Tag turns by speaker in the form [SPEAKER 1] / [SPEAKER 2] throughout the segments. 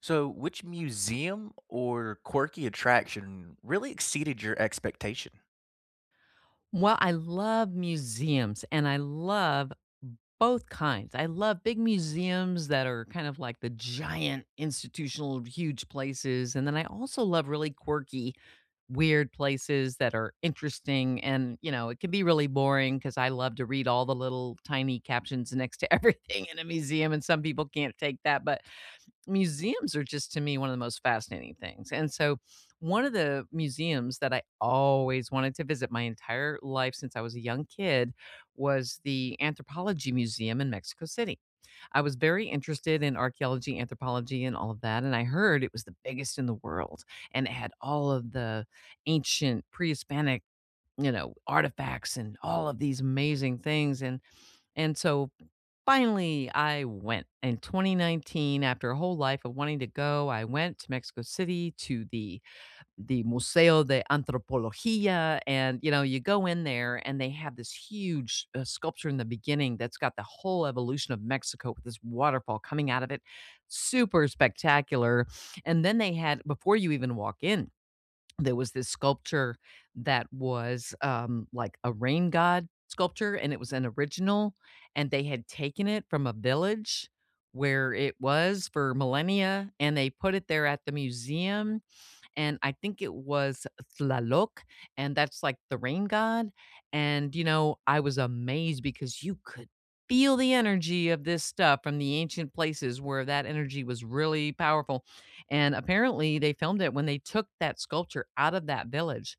[SPEAKER 1] So, which museum or quirky attraction really exceeded your expectation?
[SPEAKER 2] Well, I love museums and I love both kinds. I love big museums that are kind of like the giant institutional huge places. And then I also love really quirky, weird places that are interesting. And, you know, it can be really boring because I love to read all the little tiny captions next to everything in a museum. And some people can't take that. But museums are just to me one of the most fascinating things. And so one of the museums that I always wanted to visit my entire life since I was a young kid was the Anthropology Museum in Mexico City. I was very interested in archaeology, anthropology, and all of that. And I heard it was the biggest in the world. And it had all of the ancient pre Hispanic, you know, artifacts and all of these amazing things. And so finally, I went. In 2019, after a whole life of wanting to go, I went to Mexico City to the Museo de Antropología, and, you know, you go in there and they have this huge, sculpture in the beginning that's got the whole evolution of Mexico with this waterfall coming out of it. Super spectacular, and then they had before you even walk in there was this sculpture that was, like a rain god sculpture, and it was an original, and they had taken it from a village where it was for millennia, and they put it there at the museum, and I think it was Tlaloc, and that's like the rain god. And, you know, I was amazed because you could feel the energy of this stuff from the ancient places where that energy was really powerful. And apparently, they filmed it when they took that sculpture out of that village,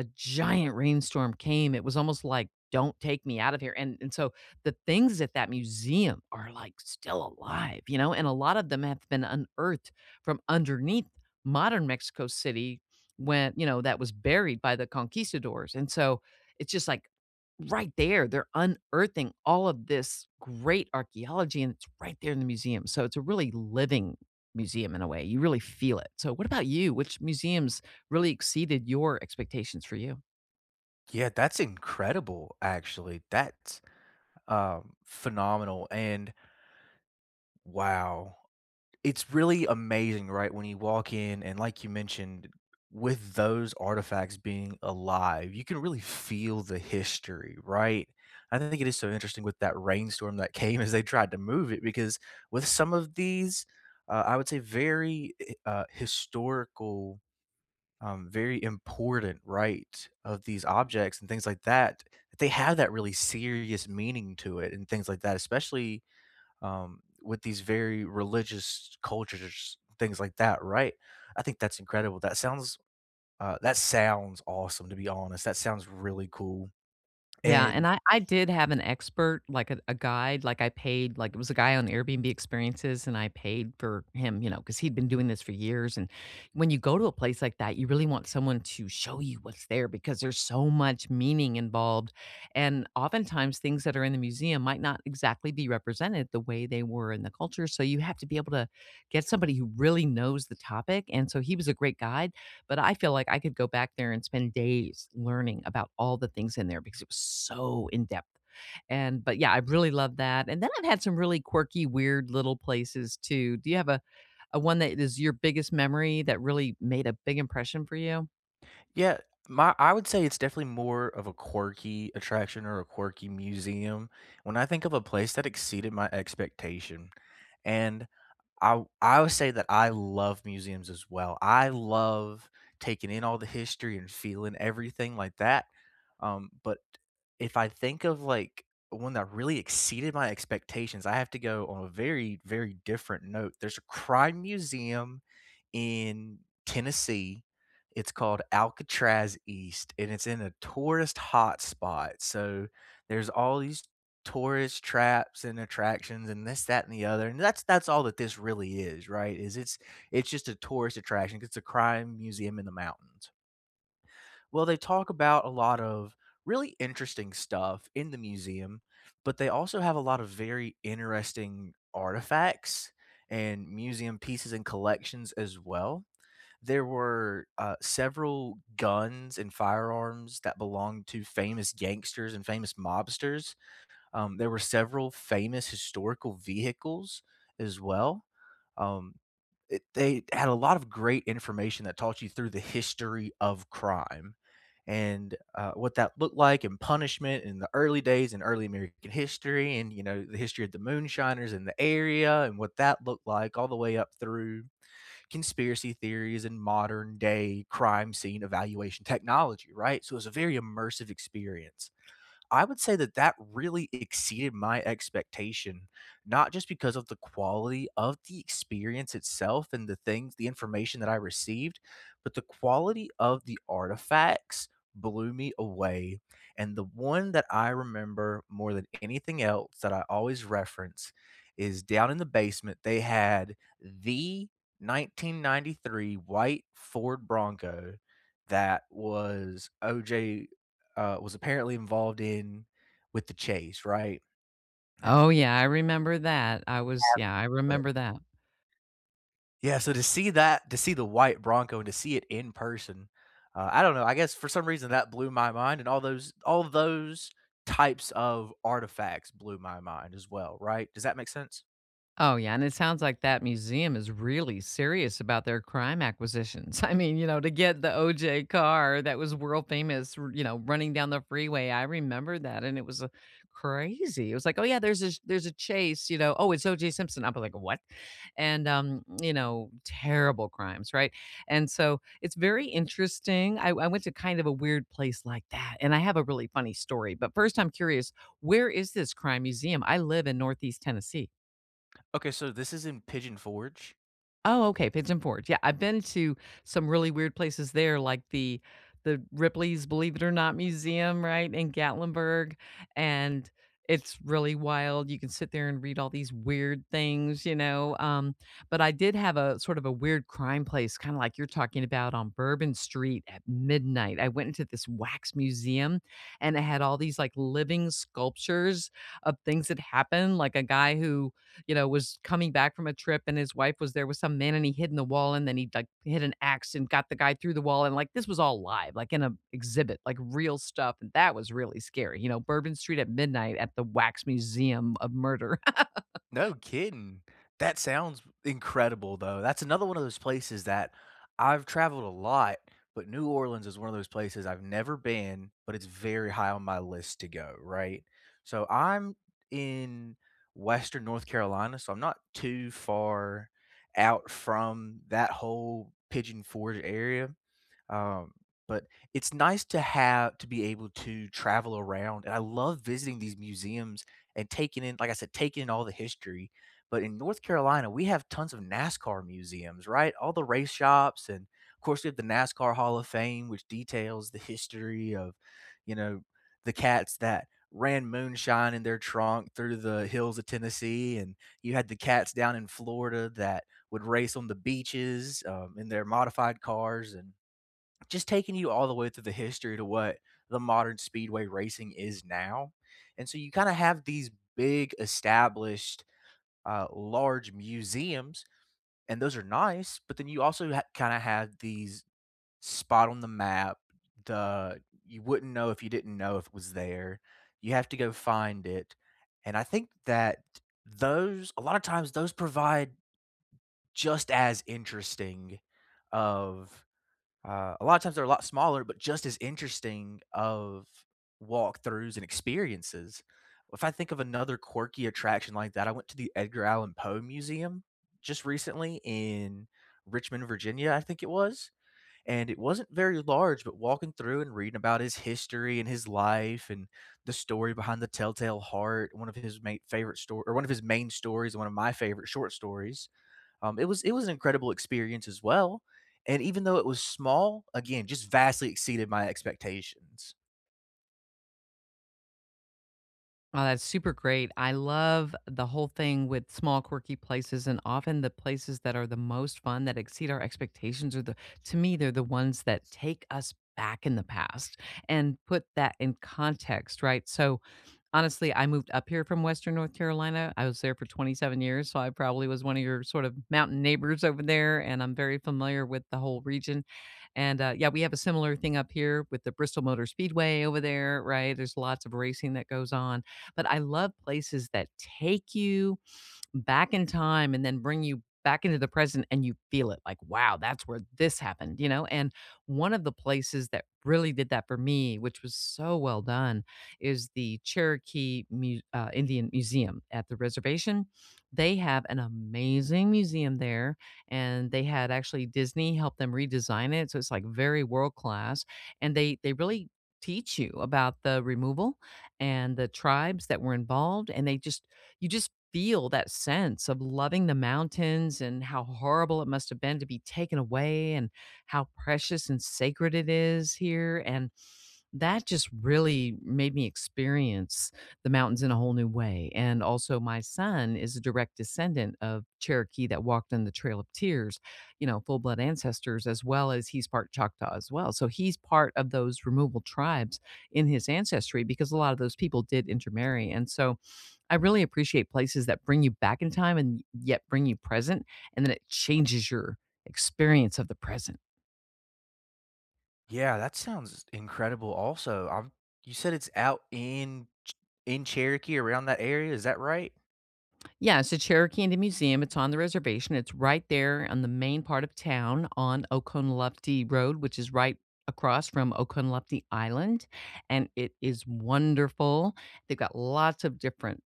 [SPEAKER 2] a giant rainstorm came. It was almost like, "Don't take me out of here." And so the things at that museum are, like, still alive, you know, and a lot of them have been unearthed from underneath modern Mexico City when, you know, that was buried by the conquistadors, and so it's just, like, right there. They're unearthing all of this great archaeology, and it's right there in the museum. So it's a really living museum in a way. You really feel it. So what about you? Which museums really exceeded your expectations for you?
[SPEAKER 1] Yeah, that's incredible, actually. That's phenomenal. And wow, it's really amazing, right, when you walk in and like you mentioned, with those artifacts being alive, you can really feel the history, right? I think it is so interesting with that rainstorm that came as they tried to move it because with some of these, I would say very historical, very important, right, of these objects and things like that, they have that really serious meaning to it and things like that, especially with these very religious cultures, things like that, right? I think that's incredible. That sounds awesome, to be honest. That sounds really cool.
[SPEAKER 2] Yeah, and
[SPEAKER 1] And
[SPEAKER 2] I did have an expert, like a guide, like I paid, like it was a guy on Airbnb experiences, and I paid for him, you know, because he'd been doing this for years. And when you go to a place like that, you really want someone to show you what's there because there's so much meaning involved. And oftentimes things that are in the museum might not exactly be represented the way they were in the culture. So you have to be able to get somebody who really knows the topic. And so he was a great guide. But I feel like I could go back there and spend days learning about all the things in there because it was so in depth. And but yeah, I really love that. And then I've had some really quirky, weird little places too. Do you have a one that is your biggest memory that really made a big impression for you?
[SPEAKER 1] yeah, my I would say it's definitely more of a quirky attraction or a quirky museum. When I think of a place that exceeded my expectation, and I would say that I love museums as well. I love taking in all the history and feeling everything like that, but if I think of, like, one that really exceeded my expectations, I have to go on a very, very different note. There's a crime museum in Tennessee. It's called Alcatraz East, and it's in a tourist hotspot, so there's all these tourist traps and attractions and this, that, and the other. And that's all that this really is, right? Is it's just a tourist attraction. It's a crime museum in the mountains. Well, they talk about a lot of really interesting stuff in the museum, but they also have a lot of very interesting artifacts and museum pieces and collections as well. There were several guns and firearms that belonged to famous gangsters and famous mobsters. There were several famous historical vehicles as well. Um, they had a lot of great information that taught you through the history of crime and what that looked like, and punishment in the early days, in early American history, and you know the history of the moonshiners in the area and what that looked like, all the way up through conspiracy theories and modern day crime scene evaluation technology, right? So it was a very immersive experience. I would say that that really exceeded my expectation, not just because of the quality of the experience itself and the things, the information that I received, but the quality of the artifacts blew me away. And the one that I remember more than anything else that I always reference is, down in the basement, they had the 1993 white Ford Bronco that was OJ uh, was apparently involved in with the chase, right?
[SPEAKER 2] Oh yeah, I remember that. I
[SPEAKER 1] But
[SPEAKER 2] remember that.
[SPEAKER 1] yeah, so to see that, to see the white Bronco and to see it in person, I don't know. I guess for some reason that blew my mind, and all those types of artifacts blew my mind as well, right? Does that make sense?
[SPEAKER 2] Oh, yeah, and it sounds like that museum is really serious about their crime acquisitions. I mean, you know, to get the OJ car that was world famous, you know, running down the freeway. I remember that and it was crazy. It was like, "Oh yeah, there's a there's a chase, you know. Oh, it's OJ Simpson." I'm like, "What?" And you know, terrible crimes, right? And so it's very interesting. I went to kind of a weird place like that, and I have a really funny story. But first, I'm curious, where is this crime museum? I live in Northeast Tennessee.
[SPEAKER 1] Okay, so this is in Pigeon Forge.
[SPEAKER 2] Oh, okay, Pigeon Forge. Yeah, I've been to some really weird places there, like the Ripley's Believe It or Not Museum, right, in Gatlinburg, and it's really wild. You can sit there and read all these weird things, you know. But I did have a sort of a weird crime place, kind of like you're talking about on Bourbon Street at midnight. I went into this wax museum and it had all these like living sculptures of things that happened, like a guy who, you know, was coming back from a trip and his wife was there with some man and he hid in the wall and then he like hit an axe and got the guy through the wall and like this was all live, like in a exhibit, like real stuff. And that was really scary. You know, Bourbon Street at midnight at the Wax Museum of Murder.
[SPEAKER 1] No kidding. That sounds incredible, though. That's another one of those places that I've traveled a lot, but New Orleans is one of those places I've never been, but it's very high on my list to go, right? So I'm in Western North Carolina, so I'm not too far out from that whole Pigeon Forge area. Um, but it's nice to have to be able to travel around, and I love visiting these museums and taking in, like I said, taking in all the history. But in North Carolina, we have tons of NASCAR museums, right? All the race shops, and of course, we have the NASCAR Hall of Fame, which details the history of, you know, the cats that ran moonshine in their trunk through the hills of Tennessee, and you had the cats down in Florida that would race on the beaches in their modified cars, and just taking you all the way through the history to what the modern speedway racing is now. And so you kind of have these big established large museums, and those are nice, but then you also kind of have these spot on the map, the you wouldn't know if you didn't know if it was there. You have to go find it. And I think that those, a lot of times those provide just as interesting of a lot of times they're a lot smaller, but just as interesting of walkthroughs and experiences. If I think of another quirky attraction like that, I went to the Edgar Allan Poe Museum just recently in Richmond, Virginia, I think it was. And it wasn't very large, but walking through and reading about his history and his life and the story behind the Telltale Heart, one of his main favorite story or one of his main stories, and one of my favorite short stories, it was an incredible experience as well. And even though it was small, again, just vastly exceeded my expectations.
[SPEAKER 2] Oh, that's super great. I love the whole thing with small quirky places, and often the places that are the most fun that exceed our expectations are the to me they're the ones that take us back in the past and put that in context, right? So honestly, I moved up here from Western North Carolina. I was there for 27 years, so I probably was one of your sort of mountain neighbors over there, and I'm very familiar with the whole region. And, yeah, we have a similar thing up here with the Bristol Motor Speedway over there, right? There's lots of racing that goes on, but I love places that take you back in time and then bring you back into the present and you feel it like, wow, that's where this happened, you know? And one of the places that really did that for me, which was so well done, is the Indian Museum at the reservation. They have an amazing museum there, and they had actually Disney help them redesign it. So it's like very world class. And they really teach you about the removal and the tribes that were involved. And they just, you just feel that sense of loving the mountains and how horrible it must have been to be taken away and how precious and sacred it is here. And that just really made me experience the mountains in a whole new way. And also, my son is a direct descendant of Cherokee that walked on the Trail of Tears, you know, full blood ancestors, as well as he's part Choctaw as well. So he's part of those removal tribes in his ancestry because a lot of those people did intermarry. And so I really appreciate places that bring you back in time and yet bring you present, and then it changes your experience of the present.
[SPEAKER 1] Yeah, that sounds incredible also. I'm, you said it's out in in Cherokee around that area, is that right?
[SPEAKER 2] Yeah, so Cherokee Indian Museum, it's on the reservation. It's right there on the main part of town on Oconaluftee Road, which is right across from Oconaluftee Island, and it is wonderful. They've got lots of different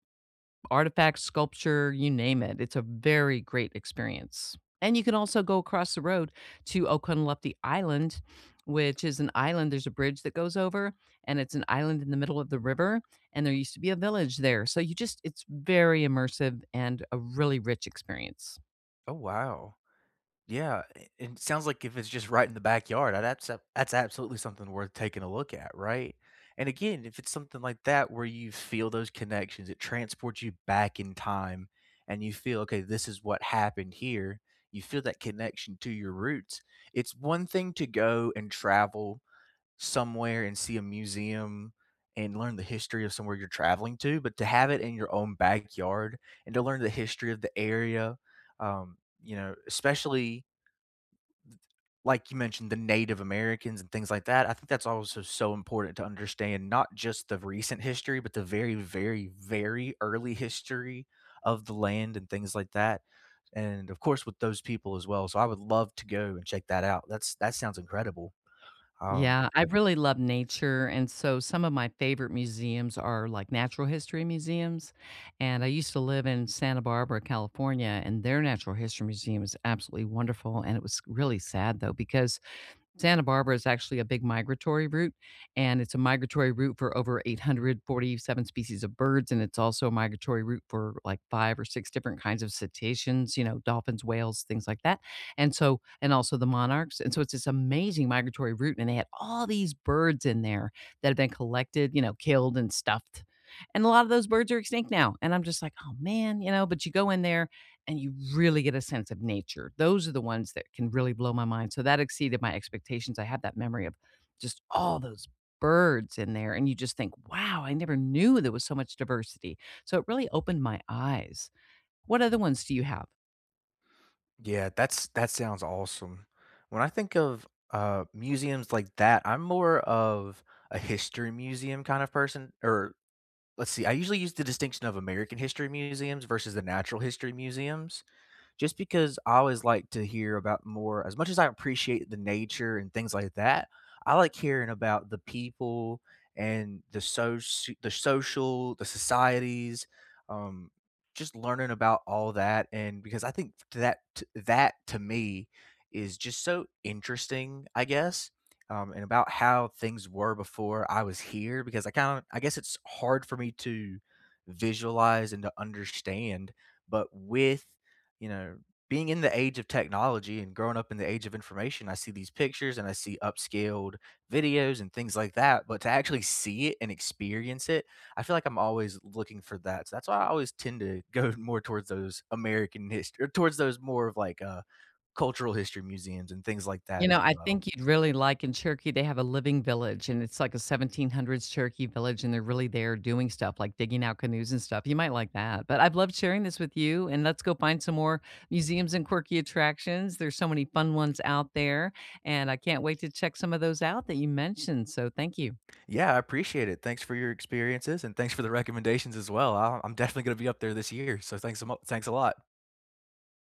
[SPEAKER 2] artifacts, sculpture, you name it. It's a very great experience. And you can also go across the road to Okunlupti Island, which is an island. There's a bridge that goes over, and it's an island in the middle of the river. And there used to be a village there. So you just, it's very immersive and a really rich experience.
[SPEAKER 1] Oh wow. Yeah, a and it sounds like if it's just right in the backyard, I'd abso that's absolutely something worth taking a look at, right? And again, if it's something like that where you feel those connections, it transports you back in time and you feel, "Okay, this is what happened here." You feel that connection to your roots. It's one thing to go and travel somewhere and see a museum and learn the history of somewhere you're traveling to, but to have it in your own backyard and to learn the history of the area, you know, especially like you mentioned, the Native Americans and things like that. I think that's also so important to understand not just the recent history, but the very, very, very early history of the land and things like that. And of course, with those people as well. So I would love to go and check that out. That's that sounds incredible. Um,
[SPEAKER 2] Yeah, I really love nature, and so some of my favorite museums are like natural history museums, and I used to live in Santa Barbara, California, and their natural history museum is absolutely wonderful, and it was really sad though because Santa Barbara is actually a big migratory route, and it's a migratory route for over 847 species of birds, and it's also a migratory route for like 5 or 6 different kinds of cetaceans, you know, dolphins, whales, things like that. And so and also the monarchs, and so it's this amazing migratory route, and they had all these birds in there that have been collected, you know, killed and stuffed, and a lot of those birds are extinct now, and I'm just like, "Oh, man," you know, but you go in there and you really get a sense of nature. Those are the ones that can really blow my mind. So that exceeded my expectations. I have that memory of just all those birds in there, and you just think, wow, I never knew there was so much diversity. So it really opened my eyes. What other ones do you have?
[SPEAKER 1] yeah, that's that sounds awesome. When I think of museums like that, I'm more of a history museum kind of person, or let's see, I usually use the distinction of American history museums versus the natural history museums, just because I always like to hear about more. As much as I appreciate the nature and things like that, I like hearing about the people and the so so, the social, the societies, um, just learning about all that, and because I think that to me is just so interesting, I guess, and about how things were before I was here, because I kinda I guess it's hard for me to visualize and to understand, but with, you know, being in the age of technology and growing up in the age of information, I see these pictures and I see upscaled videos and things like that. But to actually see it and experience it, I feel like I'm always looking for that. So that's why I always tend to go more towards those American history, or towards those more of like cultural history museums and things like that
[SPEAKER 2] You know,
[SPEAKER 1] as
[SPEAKER 2] I
[SPEAKER 1] well.
[SPEAKER 2] think you'd really like in Cherokee, they have a living village and it's like a 1700s Cherokee village and they're really there doing stuff like digging out canoes and stuff. You might like that. But I've loved sharing this with you and let's go find some more museums and quirky attractions. There's so many fun ones out there and I can't wait to check some of those out that you mentioned. So thank you.
[SPEAKER 1] Yeah, I appreciate it. Thanks for your experiences and thanks for the recommendations as well. I'm definitely going to be up there this year. So thanks, thanks a lot.